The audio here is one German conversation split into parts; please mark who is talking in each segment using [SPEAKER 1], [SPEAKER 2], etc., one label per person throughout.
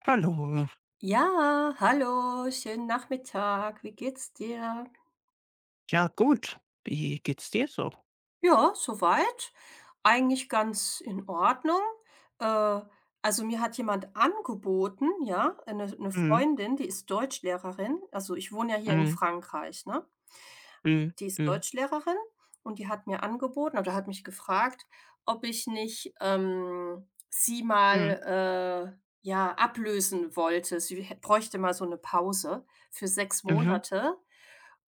[SPEAKER 1] Hallo.
[SPEAKER 2] Ja, hallo, schönen Nachmittag. Wie geht's dir?
[SPEAKER 1] Ja, gut. Wie geht's dir so?
[SPEAKER 2] Ja, soweit eigentlich ganz in Ordnung. Äh, also, mir hat jemand angeboten, ja, eine 'ne
[SPEAKER 1] Mhm.
[SPEAKER 2] Freundin, die ist Deutschlehrerin. Also, ich wohne ja hier in
[SPEAKER 1] Mhm.
[SPEAKER 2] Frankreich, ne?
[SPEAKER 1] Mhm.
[SPEAKER 2] Die ist
[SPEAKER 1] Mhm.
[SPEAKER 2] Deutschlehrerin und die hat mir angeboten oder hat mich gefragt, ob ich nicht, sie
[SPEAKER 1] Mhm.
[SPEAKER 2] mal, ja, ablösen wollte. Sie hä bräuchte mal so eine Pause für 6
[SPEAKER 1] Mhm.
[SPEAKER 2] Monate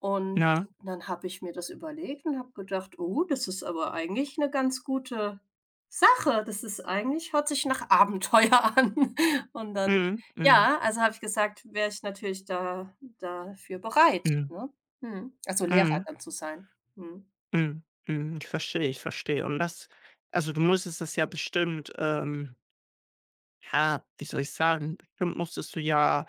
[SPEAKER 2] und
[SPEAKER 1] Ja.
[SPEAKER 2] dann habe ich mir das überlegt und habe gedacht: „Oh, das ist aber eigentlich eine ganz gute Sache. Das ist eigentlich hört sich nach Abenteuer an.“ Und dann
[SPEAKER 1] Mhm. Mhm.
[SPEAKER 2] ja, also habe ich gesagt, wäre ich natürlich da dafür bereit,
[SPEAKER 1] Mhm.
[SPEAKER 2] ne? Mhm. Also Lehrer
[SPEAKER 1] Mhm.
[SPEAKER 2] dann zu sein. Mhm.
[SPEAKER 1] Mhm. Mhm. Ich verstehe, ich verstehe. Und das also, du musstest das ja bestimmt, ja, wie soll ich sagen? Bestimmt musstest du ja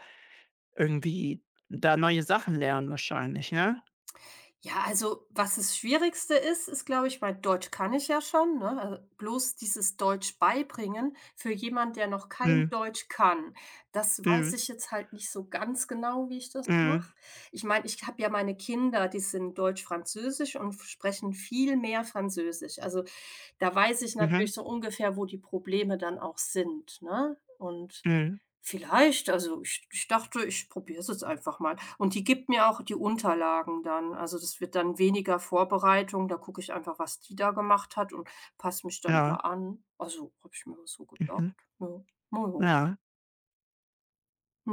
[SPEAKER 1] irgendwie da neue Sachen lernen wahrscheinlich, ne?
[SPEAKER 2] Ja, also was das Schwierigste ist, ist, glaube ich, mein Deutsch kann ich ja schon, ne? Also bloß dieses Deutsch beibringen für jemand, der noch kein
[SPEAKER 1] Mhm.
[SPEAKER 2] Deutsch kann. Das weiß
[SPEAKER 1] Mhm.
[SPEAKER 2] ich jetzt halt nicht so ganz genau, wie ich das
[SPEAKER 1] Mhm.
[SPEAKER 2] mache. Ich meine, ich habe ja meine Kinder, die sind deutsch-französisch und sprechen viel mehr Französisch. Also, da weiß ich
[SPEAKER 1] Mhm.
[SPEAKER 2] natürlich so ungefähr, wo die Probleme dann auch sind, ne? Und
[SPEAKER 1] Mhm.
[SPEAKER 2] vielleicht, also ich dachte, ich probiere es jetzt einfach mal. Und die gibt mir auch die Unterlagen dann. Also, das wird dann weniger Vorbereitung. Da gucke ich einfach, was die da gemacht hat, und passe mich dann da
[SPEAKER 1] Ja.
[SPEAKER 2] an. Also, habe ich mir so gedacht.
[SPEAKER 1] Mhm.
[SPEAKER 2] Ja. Na ja.
[SPEAKER 1] Ja.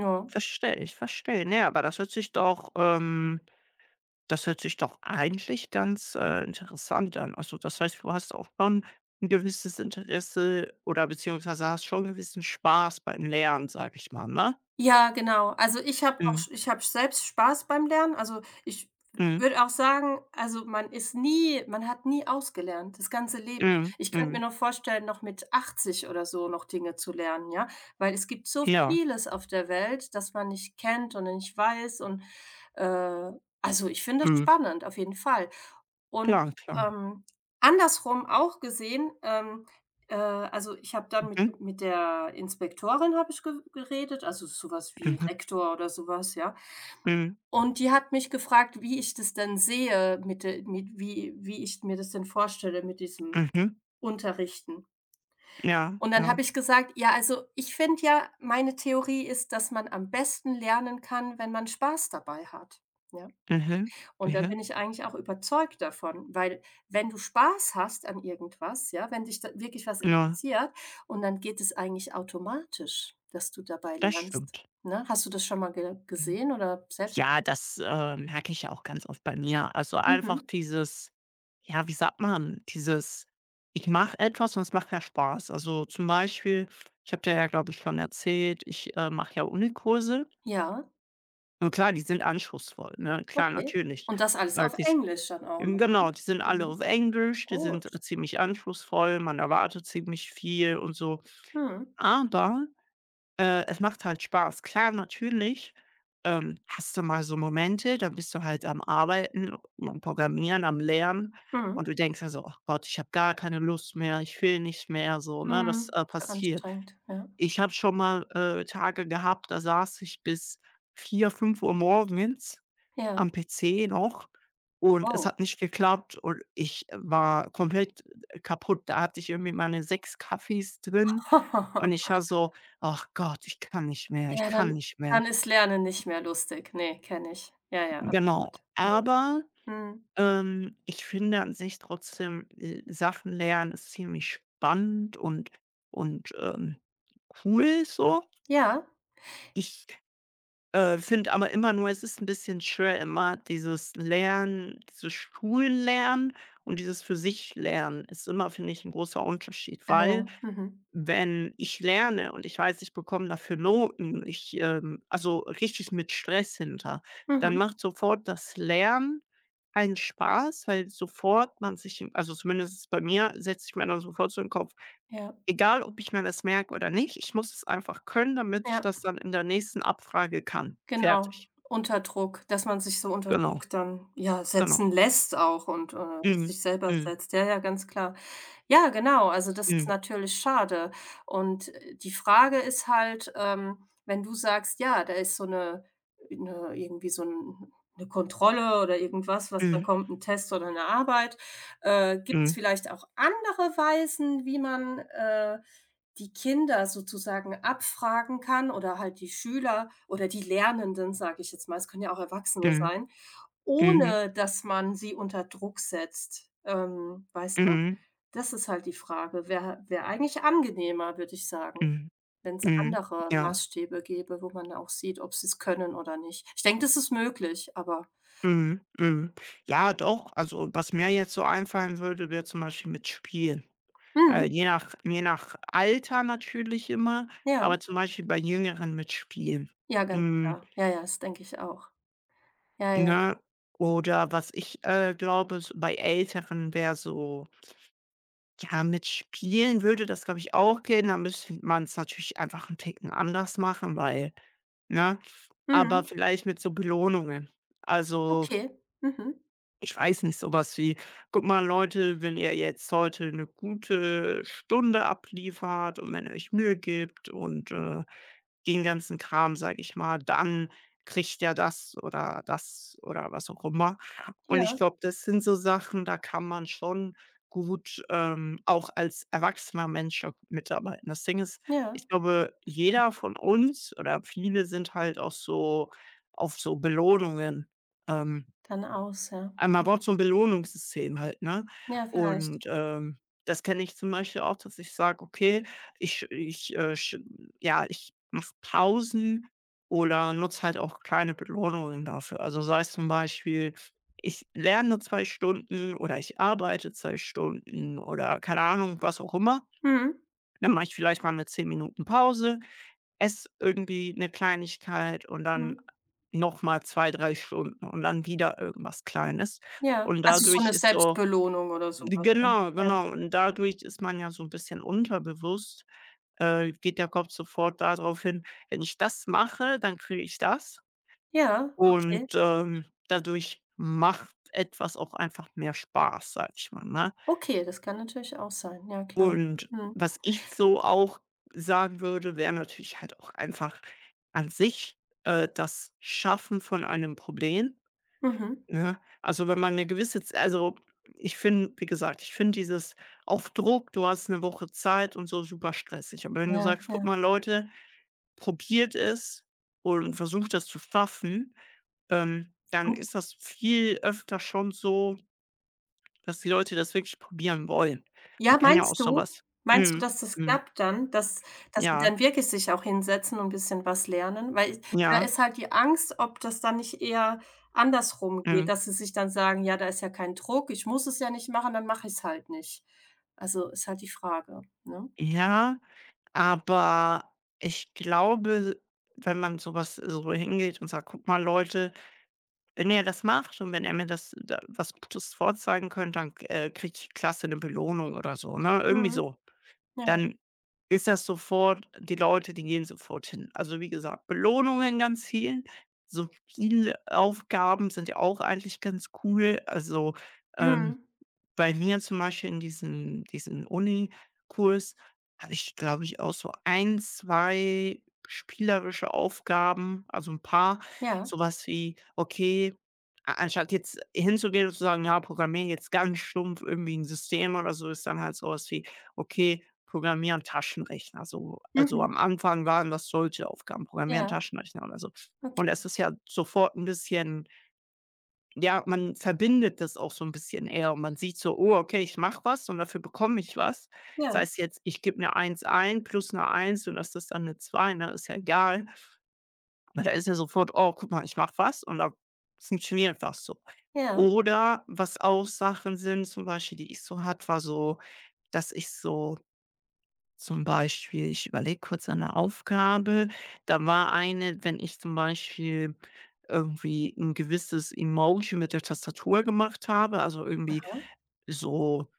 [SPEAKER 2] Ja.
[SPEAKER 1] Verstehe ich, verstehe. Ne, aber das hört sich doch, das hört sich doch eigentlich ganz, interessant an. Also, das heißt, du hast auch schon ein gewisses Interesse oder beziehungsweise hast schon gewissen Spaß beim Lernen, sage ich mal, ne?
[SPEAKER 2] Ja, genau. Also,
[SPEAKER 1] Mhm,
[SPEAKER 2] ich habe selbst Spaß beim Lernen. Also, ich
[SPEAKER 1] mhm,
[SPEAKER 2] würde auch sagen, also, man hat nie ausgelernt, das ganze Leben.
[SPEAKER 1] mhm,
[SPEAKER 2] Ich könnte mir
[SPEAKER 1] mhm.
[SPEAKER 2] noch vorstellen, noch mit 80 oder so noch Dinge zu lernen, ja? Weil es gibt so
[SPEAKER 1] Ja,
[SPEAKER 2] vieles auf der Welt, das man nicht kennt und nicht weiß, und äh, also, ich finde es
[SPEAKER 1] mhm.
[SPEAKER 2] spannend, auf jeden Fall. Und,
[SPEAKER 1] Klar, klar.
[SPEAKER 2] ähm, andersrum auch gesehen, also, ich habe dann mit
[SPEAKER 1] Mhm,
[SPEAKER 2] mit der Inspektorin habe ich ge geredet, also, so was wie
[SPEAKER 1] mhm,
[SPEAKER 2] Rektor oder so was, ja.
[SPEAKER 1] mhm,
[SPEAKER 2] Und die hat mich gefragt, wie ich das denn sehe, mit, wie ich mir das denn vorstelle mit diesem
[SPEAKER 1] mhm.
[SPEAKER 2] Unterrichten.
[SPEAKER 1] Ja,
[SPEAKER 2] Und dann
[SPEAKER 1] ja.
[SPEAKER 2] habe ich gesagt: „Ja, also, ich finde ja, meine Theorie ist, dass man am besten lernen kann, wenn man Spaß dabei hat.“ Ja.
[SPEAKER 1] Mhm,
[SPEAKER 2] Und da
[SPEAKER 1] mhm.
[SPEAKER 2] bin ich eigentlich auch überzeugt davon, weil, wenn du Spaß hast an irgendwas, ja, wenn dich da wirklich was
[SPEAKER 1] Ja,
[SPEAKER 2] interessiert, und dann geht es eigentlich automatisch, dass du dabei
[SPEAKER 1] das
[SPEAKER 2] lernst,
[SPEAKER 1] stimmt.
[SPEAKER 2] ne? Hast du das schon mal ge
[SPEAKER 1] Mhm.
[SPEAKER 2] gesehen oder selbst?
[SPEAKER 1] Ja, das, merke ich ja auch ganz oft bei mir. Also,
[SPEAKER 2] Mhm.
[SPEAKER 1] einfach dieses ja, wie sagt man, dieses ich mache etwas und es macht mir Spaß. Also, zum Beispiel, ich habe dir ja, glaube ich, schon erzählt, ich, mache ja Unikurse.
[SPEAKER 2] Ja,
[SPEAKER 1] Und klar, die sind anspruchsvoll, ne? Klar,
[SPEAKER 2] okay.
[SPEAKER 1] natürlich.
[SPEAKER 2] Und das alles auf
[SPEAKER 1] Dies
[SPEAKER 2] Englisch dann auch noch, ne?
[SPEAKER 1] genau, die sind alle auf
[SPEAKER 2] Mhm.
[SPEAKER 1] Englisch, die sind
[SPEAKER 2] Gut.
[SPEAKER 1] ziemlich anspruchsvoll, man erwartet ziemlich viel und so.
[SPEAKER 2] Mhm.
[SPEAKER 1] Aber es macht halt Spaß. Klar, natürlich, hast du mal so Momente, dann bist du halt am Arbeiten, am Programmieren, am Lernen
[SPEAKER 2] Mhm.
[SPEAKER 1] und du denkst dir so: „Ach Gott, ich habe gar keine Lust mehr, ich will nicht mehr", so, ne? Das
[SPEAKER 2] Mhm. Ist ja
[SPEAKER 1] passiert.
[SPEAKER 2] anstrengend, ja.
[SPEAKER 1] Ich habe schon mal, Tage gehabt, da saß ich bis vier, fünf Uhr morgens
[SPEAKER 2] Ja.
[SPEAKER 1] am PC noch und es
[SPEAKER 2] Wow.
[SPEAKER 1] hat nicht geklappt und ich war komplett kaputt. Da hatte ich irgendwie meine 6 Kaffees drin und ich war so: „Ach Gott, ich kann nicht mehr, ich
[SPEAKER 2] Ja,
[SPEAKER 1] kann
[SPEAKER 2] dann
[SPEAKER 1] nicht mehr."
[SPEAKER 2] dann ist Lernen nicht mehr lustig. Ne, kenne ich. Ja, ja, absolut.
[SPEAKER 1] Genau.
[SPEAKER 2] Mhm.
[SPEAKER 1] Aber,
[SPEAKER 2] Mhm.
[SPEAKER 1] ich finde an sich trotzdem, Sachen lernen ist ziemlich spannend und und, ähm, cool so.
[SPEAKER 2] Ja?
[SPEAKER 1] Ich finde aber immer nur, es ist ein bisschen schwer immer dieses Lernen dieses Schullernen und dieses für sich Lernen ist immer, finde ich, ein großer Unterschied,
[SPEAKER 2] Ah
[SPEAKER 1] weil
[SPEAKER 2] ja. Mhm.
[SPEAKER 1] wenn ich lerne und ich weiß, ich bekomme dafür Noten, ich, also, richtig mit Stress hinter, dann
[SPEAKER 2] Mhm.
[SPEAKER 1] macht sofort das Lernen keinen Spaß, weil sofort man sich also, zumindest ist es bei mir, setze ich mir dann sofort so in den Kopf:
[SPEAKER 2] Ja,
[SPEAKER 1] Egal, ob ich mir das merke oder nicht, ich muss es einfach können, damit ich
[SPEAKER 2] ja,
[SPEAKER 1] das dann in der nächsten Abfrage kann.
[SPEAKER 2] genau.
[SPEAKER 1] Fertig.
[SPEAKER 2] Unter Druck, dass man sich so unter
[SPEAKER 1] Genau,
[SPEAKER 2] Druck dann, ja,
[SPEAKER 1] genau.
[SPEAKER 2] setzen lässt auch, und,
[SPEAKER 1] Mhm,
[SPEAKER 2] sich selber
[SPEAKER 1] mhm,
[SPEAKER 2] setzt. Ja, ja, ganz klar. Ja, genau. Also, das ist
[SPEAKER 1] mhm,
[SPEAKER 2] natürlich schade. Und, die Frage ist halt, wenn du sagst: „Ja, da ist so eine 'ne irgendwie so 'n 'ne Kontrolle oder irgendwas, was dann
[SPEAKER 1] mhm,
[SPEAKER 2] kommt, ein Test oder eine Arbeit.“ Gibt es
[SPEAKER 1] mhm,
[SPEAKER 2] vielleicht auch andere Weisen, wie man, die Kinder sozusagen abfragen kann, oder halt die Schüler oder die Lernenden, sage ich jetzt mal, es können ja auch Erwachsene
[SPEAKER 1] mhm,
[SPEAKER 2] sein,
[SPEAKER 1] mhm,
[SPEAKER 2] ohne dass man sie unter Druck setzt, weißt du?
[SPEAKER 1] mhm,
[SPEAKER 2] Das ist halt die Frage. Wäre eigentlich angenehmer, würde ich sagen,
[SPEAKER 1] mhm,
[SPEAKER 2] wenn es
[SPEAKER 1] mhm,
[SPEAKER 2] andere
[SPEAKER 1] ja,
[SPEAKER 2] Maßstäbe gäbe, wo man auch sieht, ob sie es können oder nicht. Ich denke, das ist möglich, aber,
[SPEAKER 1] mhm, mhm. Ja, doch, also, was mir jetzt so einfallen würde, wäre zum Beispiel mit Spielen. Äh,
[SPEAKER 2] mhm,
[SPEAKER 1] je nach je nach Alter natürlich immer,
[SPEAKER 2] ja,
[SPEAKER 1] aber zum Beispiel bei Jüngeren mit Spielen.
[SPEAKER 2] ja, ganz
[SPEAKER 1] Mhm.
[SPEAKER 2] klar. Ja, ja, das denke ich auch. Ja, ja.
[SPEAKER 1] Ne? Oder was ich, glaube, s bei Älteren wäre so ja, mit Spielen würde das, glaube ich, auch gehen. Da müsste man es natürlich einfach 'n Ticken anders machen, weil ne? Aber
[SPEAKER 2] Mhm.
[SPEAKER 1] vielleicht mit so Belohnungen. Also
[SPEAKER 2] Okay. Mhm.
[SPEAKER 1] ich weiß nicht, so was wie: „Guck mal Leute, wenn ihr jetzt heute eine gute Stunde abliefert und wenn ihr euch Mühe gibt und, den ganzen Kram, sage ich mal, dann kriegt ihr das oder das oder was auch immer." Und ich
[SPEAKER 2] Ja,
[SPEAKER 1] glaube, das sind so Sachen, da kann man schon gut, auch als erwachsener Mensch auch mitarbeiten. Das Ding ist,
[SPEAKER 2] ja.
[SPEAKER 1] ich glaube, jeder von uns oder viele sind halt auch so auf so Belohnungen, ähm
[SPEAKER 2] Dann aus, ja.
[SPEAKER 1] aber man braucht so 'n Belohnungssystem halt, ne?
[SPEAKER 2] Ja, vielleicht.
[SPEAKER 1] Und, das kenne ich zum Beispiel auch, dass ich sage: „Okay, ich ich, sch ja, ich mache Pausen oder nutze halt auch kleine Belohnungen dafür." Also, sei es zum Beispiel, ich lerne 2 Stunden oder ich arbeite 2 Stunden oder keine Ahnung, was auch immer.
[SPEAKER 2] Mhm.
[SPEAKER 1] Dann mache ich vielleicht mal 'ne 10 Minuten Pause esse irgendwie eine Kleinigkeit und
[SPEAKER 2] Mhm.
[SPEAKER 1] dann noch mal 2, 3 Stunden und dann wieder irgendwas Kleines.
[SPEAKER 2] Ja.
[SPEAKER 1] Und
[SPEAKER 2] Also, so
[SPEAKER 1] dadurch
[SPEAKER 2] eine
[SPEAKER 1] ist so
[SPEAKER 2] Selbstbelohnung oder sowas, ne?
[SPEAKER 1] genau,
[SPEAKER 2] Ja.
[SPEAKER 1] genau. Und dadurch ist man ja so ein bisschen unterbewusst geht der Kopf sofort darauf hin: „Wenn ich das mache, dann kriege ich das."
[SPEAKER 2] Ja, okay.
[SPEAKER 1] Und, dadurch macht etwas auch einfach mehr Spaß, sage ich mal, ne?
[SPEAKER 2] Okay, das kann natürlich auch sein. Ja, klar.
[SPEAKER 1] Und
[SPEAKER 2] Mhm.
[SPEAKER 1] was ich so auch sagen würde, wäre natürlich halt auch einfach an sich, das Schaffen von einem Problem,
[SPEAKER 2] Mhm.
[SPEAKER 1] ne? Also, wenn man eine gewisse Z also, ich finde wie gesagt, ich finde dieses auf Druck, du hast eine Woche Zeit und so, super stressig. Aber wenn du
[SPEAKER 2] Ja,
[SPEAKER 1] sagst: „Guck
[SPEAKER 2] ja.
[SPEAKER 1] mal Leute, probiert es und versucht das zu schaffen", dann
[SPEAKER 2] Und
[SPEAKER 1] ist das viel öfter schon so, dass die Leute das wirklich probieren wollen. Man
[SPEAKER 2] ja,
[SPEAKER 1] kann ja auch
[SPEAKER 2] meinst
[SPEAKER 1] so
[SPEAKER 2] du?
[SPEAKER 1] was
[SPEAKER 2] Meinst du,
[SPEAKER 1] mhm,
[SPEAKER 2] dass das
[SPEAKER 1] mhm.
[SPEAKER 2] klappt dann, dass sie
[SPEAKER 1] Ja,
[SPEAKER 2] dann wirklich sich auch hinsetzen und 'n bisschen was lernen? Weil da
[SPEAKER 1] ja,
[SPEAKER 2] ist halt die Angst, ob das dann nicht eher andersrum geht,
[SPEAKER 1] ähm,
[SPEAKER 2] dass sie sich dann sagen: „Ja, da ist ja kein Druck, ich muss es ja nicht machen, dann mache ich's halt nicht.“ Also, ist halt die Frage, ne?
[SPEAKER 1] ja, aber ich glaube, wenn man sowas so hingeht und sagt: „Guck mal, Leute, wenn ihr das macht und wenn er mir das da was Gutes vorzeigen könnt, dann, kriegt die Klasse eine Belohnung" oder so, ne? Irgendwie
[SPEAKER 2] Mhm.
[SPEAKER 1] so.
[SPEAKER 2] Ja.
[SPEAKER 1] Dann ist das sofort die Leute, die gehen sofort hin. Also, wie gesagt, Belohnungen ganz viel. So viele Aufgaben sind ja auch eigentlich ganz cool. Also, ähm
[SPEAKER 2] Mhm.
[SPEAKER 1] bei mir zum Beispiel in diesem kurs hatte ich, glaube ich, auch so ein 2 spielerische Aufgaben, also ein paar,
[SPEAKER 2] Ja.
[SPEAKER 1] sowas wie, okay, a anstatt jetzt hinzugehen und zu sagen: „Ja, programmier jetzt ganz stumpf irgendwie ein System oder so", ist dann halt sowas wie: „Okay, programmieren Taschenrechner", so. Also,
[SPEAKER 2] Mhm.
[SPEAKER 1] am Anfang waren das solche Aufgaben: programmieren
[SPEAKER 2] Ja.
[SPEAKER 1] Taschenrechner" oder so.
[SPEAKER 2] Okay.
[SPEAKER 1] Und das ist ja sofort ein bisschen ja, man verbindet das auch so ein bisschen eher und man sieht so: „Oh, okay, ich mache was und dafür bekomme ich was." Das
[SPEAKER 2] Ja.
[SPEAKER 1] heißt jetzt, ich gebe eine Eins ein plus 'ne 1 und das ist dann eine Zwei, ne, ist ja egal. Aber da ist ja sofort: „Oh, guck mal, ich mache was und da funktioniert was so."
[SPEAKER 2] Ja.
[SPEAKER 1] Oder was auch Sachen sind, zum Beispiel, die ich so hatte, war so, dass ich so zum Beispiel, ich überlege kurz an der Aufgabe. Da war eine, wenn ich zum Beispiel irgendwie ein gewisses Emoji mit der Tastatur gemacht habe, also irgendwie
[SPEAKER 2] Aha.
[SPEAKER 1] so,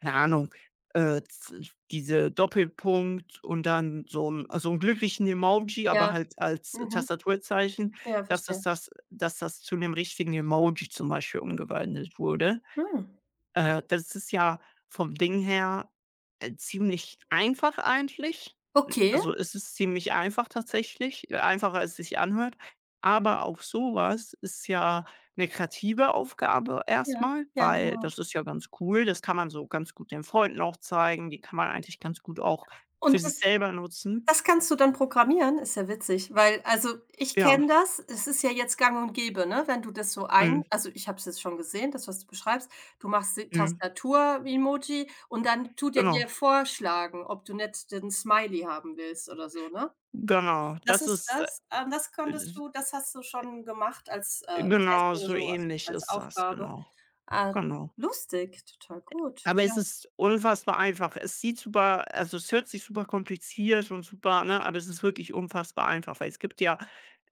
[SPEAKER 1] keine Ahnung, z diese Doppelpunkt und dann so 'n glücklichen Emoji, aber
[SPEAKER 2] Ja.
[SPEAKER 1] halt als
[SPEAKER 2] Mhm.
[SPEAKER 1] Tastaturzeichen,
[SPEAKER 2] Ja,
[SPEAKER 1] dass das
[SPEAKER 2] verstehe.
[SPEAKER 1] das dass das zu einem richtigen Emoji zum Beispiel umgewandelt wurde.
[SPEAKER 2] Mhm.
[SPEAKER 1] Das ist ja vom Ding her, ziemlich einfach eigentlich.
[SPEAKER 2] Okay.
[SPEAKER 1] Also, es ist ziemlich einfach tatsächlich, einfacher als es sich anhört, aber auch sowas ist ja eine kreative Aufgabe
[SPEAKER 2] Ja.
[SPEAKER 1] erstmal,
[SPEAKER 2] Ja,
[SPEAKER 1] weil
[SPEAKER 2] genau.
[SPEAKER 1] das ist ja ganz cool. Das kann man so ganz gut den Freunden auch zeigen. Die kann man eigentlich ganz gut auch für
[SPEAKER 2] Und
[SPEAKER 1] sich
[SPEAKER 2] das.
[SPEAKER 1] selber nutzen.
[SPEAKER 2] Das kannst du dann programmieren? Ist ja witzig, weil, also, ich kenne
[SPEAKER 1] Ja,
[SPEAKER 2] das. Es ist ja jetzt gang und gäbe, ne, wenn du das so ein,
[SPEAKER 1] mhm,
[SPEAKER 2] also, ich habe es jetzt schon gesehen, das, was du beschreibst. Du machst die
[SPEAKER 1] mhm,
[SPEAKER 2] Tastatur-Emoji und dann tut er
[SPEAKER 1] genau,
[SPEAKER 2] dir vorschlagen, ob du nicht den Smiley haben willst oder so, ne?
[SPEAKER 1] genau.
[SPEAKER 2] Das ist das, das
[SPEAKER 1] Äh,
[SPEAKER 2] konntest du das hast du schon gemacht als, Test
[SPEAKER 1] genau
[SPEAKER 2] oder
[SPEAKER 1] so
[SPEAKER 2] so, als
[SPEAKER 1] ähnlich
[SPEAKER 2] als
[SPEAKER 1] ist das,
[SPEAKER 2] Aufgabe.
[SPEAKER 1] genau,
[SPEAKER 2] Ah,
[SPEAKER 1] genau.
[SPEAKER 2] lustig, total gut.
[SPEAKER 1] Aber
[SPEAKER 2] Ja.
[SPEAKER 1] es ist unfassbar einfach. Es sieht super also, es hört sich super kompliziert und super ne, aber es ist wirklich unfassbar einfach, weil es gibt ja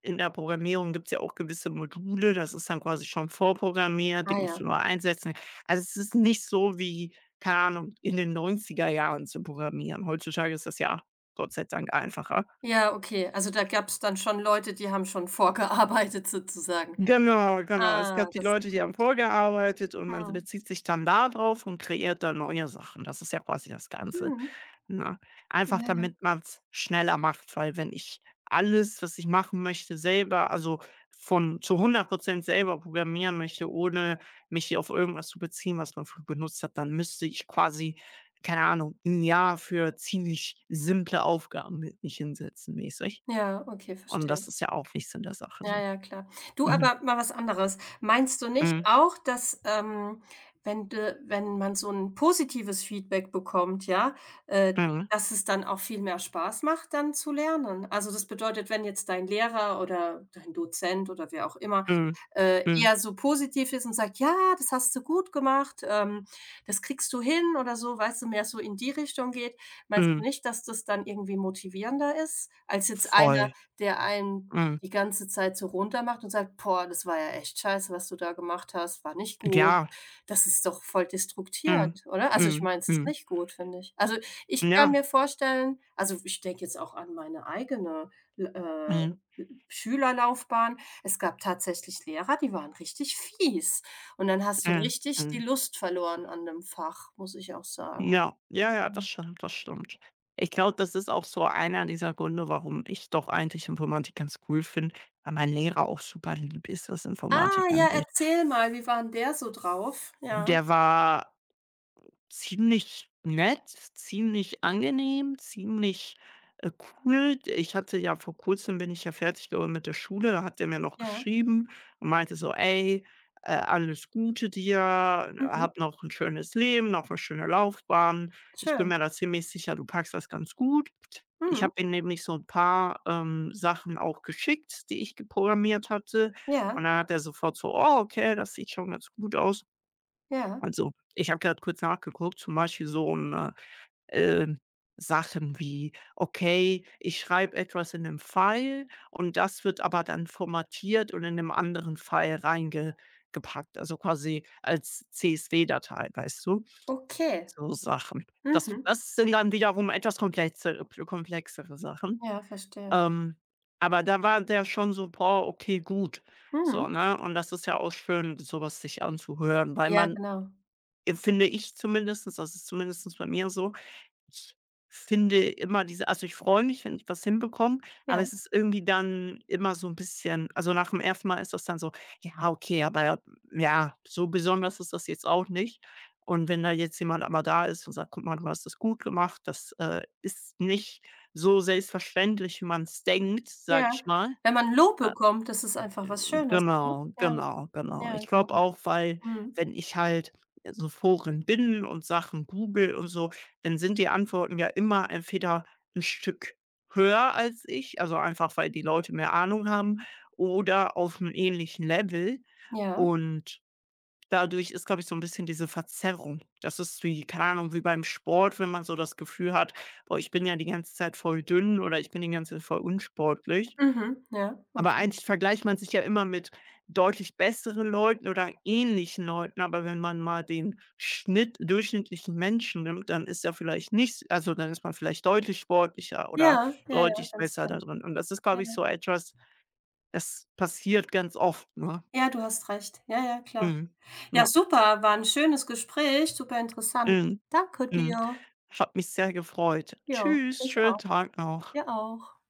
[SPEAKER 1] in der Programmierung gibt es ja auch gewisse Module, das ist dann quasi schon vorprogrammiert, die
[SPEAKER 2] Ah
[SPEAKER 1] musst du
[SPEAKER 2] ja.
[SPEAKER 1] nur einsetzen. Also, es ist nicht so wie, keine Ahnung, in den neunziger Jahren zu programmieren. Heutzutage ist das ja Gott sei Dank einfacher.
[SPEAKER 2] Ja, okay. Also, da gab es dann schon Leute, die haben schon vorgearbeitet sozusagen.
[SPEAKER 1] Genau, genau. Es
[SPEAKER 2] Ah,
[SPEAKER 1] gab die
[SPEAKER 2] das ist ja
[SPEAKER 1] Leute, die haben
[SPEAKER 2] gut.
[SPEAKER 1] vorgearbeitet und man
[SPEAKER 2] Mhm.
[SPEAKER 1] bezieht sich dann da drauf und kreiert dann neue Sachen. Das ist ja quasi das Ganze.
[SPEAKER 2] Mhm.
[SPEAKER 1] Ne? Einfach
[SPEAKER 2] Ja, ja.
[SPEAKER 1] damit man es schneller macht, weil wenn ich alles, was ich machen möchte, selber also, von zu 100% selber programmieren möchte, ohne mich hier auf irgendwas zu beziehen, was man früher benutzt hat, dann müsste ich quasi, keine Ahnung, ein Jahr für ziemlich simple Aufgaben mi mich hinsetzen mäßig.
[SPEAKER 2] Ja, okay,
[SPEAKER 1] Und das
[SPEAKER 2] verstehe.
[SPEAKER 1] ist ja auch nicht Sinn der Sache
[SPEAKER 2] Ja,
[SPEAKER 1] so.
[SPEAKER 2] ja, klar. Du,
[SPEAKER 1] Mhm.
[SPEAKER 2] aber mal was anderes. Meinst du nicht
[SPEAKER 1] Mhm.
[SPEAKER 2] auch, dass, wenn man so ein positives Feedback bekommt, ja, äh,
[SPEAKER 1] Mhm.
[SPEAKER 2] dass es dann auch viel mehr Spaß macht, dann zu lernen? Also, das bedeutet, wenn jetzt dein Lehrer oder dein Dozent oder wer auch immer,
[SPEAKER 1] Mhm. Mhm.
[SPEAKER 2] eher so positiv ist und sagt: „Ja, das hast du gut gemacht, das kriegst du hin“, oder so, weißt du, mehr so in die Richtung geht. Meinst du
[SPEAKER 1] Mhm.
[SPEAKER 2] nicht, dass das dann irgendwie motivierender ist, als jetzt einer,
[SPEAKER 1] Voll.
[SPEAKER 2] der einem
[SPEAKER 1] Mhm.
[SPEAKER 2] die ganze Zeit so runtermacht und sagt: „Boah, das war ja echt scheiße, was du da gemacht hast, war nicht gut.“
[SPEAKER 1] Ja.
[SPEAKER 2] Das ist doch voll
[SPEAKER 1] Mhm.
[SPEAKER 2] destruktierend, oder? Also, ich
[SPEAKER 1] Mhm.
[SPEAKER 2] meine, es ist
[SPEAKER 1] Mhm.
[SPEAKER 2] nicht gut, finde ich. Also, ich kann
[SPEAKER 1] Ja.
[SPEAKER 2] mir vorstellen, also, ich denke jetzt auch an meine eigene L
[SPEAKER 1] Mhm.
[SPEAKER 2] Schülerlaufbahn. Es gab tatsächlich Lehrer, die waren richtig fies, und dann hast du
[SPEAKER 1] Mhm.
[SPEAKER 2] richtig die
[SPEAKER 1] Mhm.
[SPEAKER 2] Lust verloren an dem Fach, muss ich auch sagen.
[SPEAKER 1] Ja, ja, ja, das
[SPEAKER 2] Mhm.
[SPEAKER 1] stimmt, das stimmt. Ich glaube, das ist auch so einer dieser Gründe, warum ich doch eigentlich Informatik ganz cool finde, weil mein Lehrer auch super lieb ist, was
[SPEAKER 2] Ah,
[SPEAKER 1] Informatik
[SPEAKER 2] ja,
[SPEAKER 1] angeht.
[SPEAKER 2] erzähl mal, wie war 'n der so drauf? Ja,
[SPEAKER 1] Der war ziemlich nett, ziemlich angenehm, ziemlich, äh, cool. Ich hatte ja vor Kurzem bin ich ja fertig geworden mit der Schule, da hat er mir noch
[SPEAKER 2] ja.
[SPEAKER 1] geschrieben und meinte so: „Ey, alles Gute dir,
[SPEAKER 2] Mhm.
[SPEAKER 1] hab noch ein schönes Leben, noch eine schöne Laufbahn. Ich bin
[SPEAKER 2] Schön.
[SPEAKER 1] mir da ziemlich sicher, du packst das ganz gut." Ich
[SPEAKER 2] Mhm.
[SPEAKER 1] habe ihm nämlich so ein paar Sachen auch geschickt, die ich geprogrammiert hatte und
[SPEAKER 2] Ja.
[SPEAKER 1] dann hat er sofort so: „Oh, okay, das sieht schon ganz gut aus."
[SPEAKER 2] Ja,
[SPEAKER 1] Also, ich habe gerade kurz nachgeguckt, zum Beispiel so, um, ähm, Sachen wie, okay, ich schreibe etwas in einem File und das wird aber dann formatiert und in einem anderen File reingepackt, also quasi als CSV-Datei, weißt du?
[SPEAKER 2] okay.
[SPEAKER 1] So Sachen. Das
[SPEAKER 2] Mhm.
[SPEAKER 1] das sind dann wiederum etwas komplexere, komplexere Sachen.
[SPEAKER 2] Ja, verstehe.
[SPEAKER 1] Ähm, aber da war der schon so: „Boah, okay, gut."
[SPEAKER 2] Mhm.
[SPEAKER 1] So, ne? Und das ist ja auch schön, sowas sich anzuhören, weil
[SPEAKER 2] Ja,
[SPEAKER 1] man
[SPEAKER 2] genau.
[SPEAKER 1] Empfinde ich zumindestens, das ist zumindestens bei mir so. Ich finde immer diese also, ich freue mich, wenn ich was hinbekomme,
[SPEAKER 2] Ja,
[SPEAKER 1] aber es ist irgendwie dann immer so ein bisschen also, nach dem ersten Mal ist das dann so: „Ja, okay, aber ja, so besonders ist das jetzt auch nicht." Und wenn da jetzt jemand aber da ist und sagt: „Guck mal, du hast das gut gemacht", das, ist nicht so selbstverständlich, wie man es denkt, sage
[SPEAKER 2] ja.
[SPEAKER 1] ich mal.
[SPEAKER 2] Wenn man Lob
[SPEAKER 1] äh,
[SPEAKER 2] bekommt, das ist einfach was
[SPEAKER 1] hm,
[SPEAKER 2] Schönes, ne?
[SPEAKER 1] genau,
[SPEAKER 2] Ja,
[SPEAKER 1] genau, genau.
[SPEAKER 2] ja,
[SPEAKER 1] Ich
[SPEAKER 2] genau.
[SPEAKER 1] glaube auch, weil
[SPEAKER 2] Mhm.
[SPEAKER 1] wenn ich halt so Foren bin und Sachen google und so, dann sind die Antworten ja immer entweder ein Stück höher als ich, also einfach, weil die Leute mehr Ahnung haben oder auf einem ähnlichen Level.
[SPEAKER 2] Ja.
[SPEAKER 1] Und dadurch ist, glaube ich, so ein bisschen diese Verzerrung. Das ist wie keine Ahnung, wie beim Sport, wenn man so das Gefühl hat: „Boah, ich bin ja die ganze Zeit voll dünn" oder „Ich bin die ganze Zeit voll unsportlich."
[SPEAKER 2] Mhm. Ja,
[SPEAKER 1] aber
[SPEAKER 2] okay.
[SPEAKER 1] eigentlich vergleicht man sich ja immer mit deutlich besseren Leuten oder ähnlichen Leuten, aber wenn man mal den Schnitt durchschnittlichen Menschen nimmt, dann ist ja vielleicht nicht also, dann ist man vielleicht deutlich sportlicher oder
[SPEAKER 2] Ja, ja, ja,
[SPEAKER 1] deutlich
[SPEAKER 2] ganz
[SPEAKER 1] besser
[SPEAKER 2] klar.
[SPEAKER 1] da drin. Und das ist,
[SPEAKER 2] Ja.
[SPEAKER 1] glaube ich, so etwas, das passiert ganz oft, ne?
[SPEAKER 2] Ja, du hast recht. Ja, ja, klar.
[SPEAKER 1] Mhm.
[SPEAKER 2] Ja,
[SPEAKER 1] Ja.
[SPEAKER 2] super, war ein schönes Gespräch, super interessant.
[SPEAKER 1] Mhm.
[SPEAKER 2] Danke
[SPEAKER 1] Mhm.
[SPEAKER 2] dir.
[SPEAKER 1] Hat mich sehr gefreut.
[SPEAKER 2] Ja,
[SPEAKER 1] Tschüss,
[SPEAKER 2] ich
[SPEAKER 1] schönen
[SPEAKER 2] auch.
[SPEAKER 1] Tag noch.
[SPEAKER 2] Dir auch.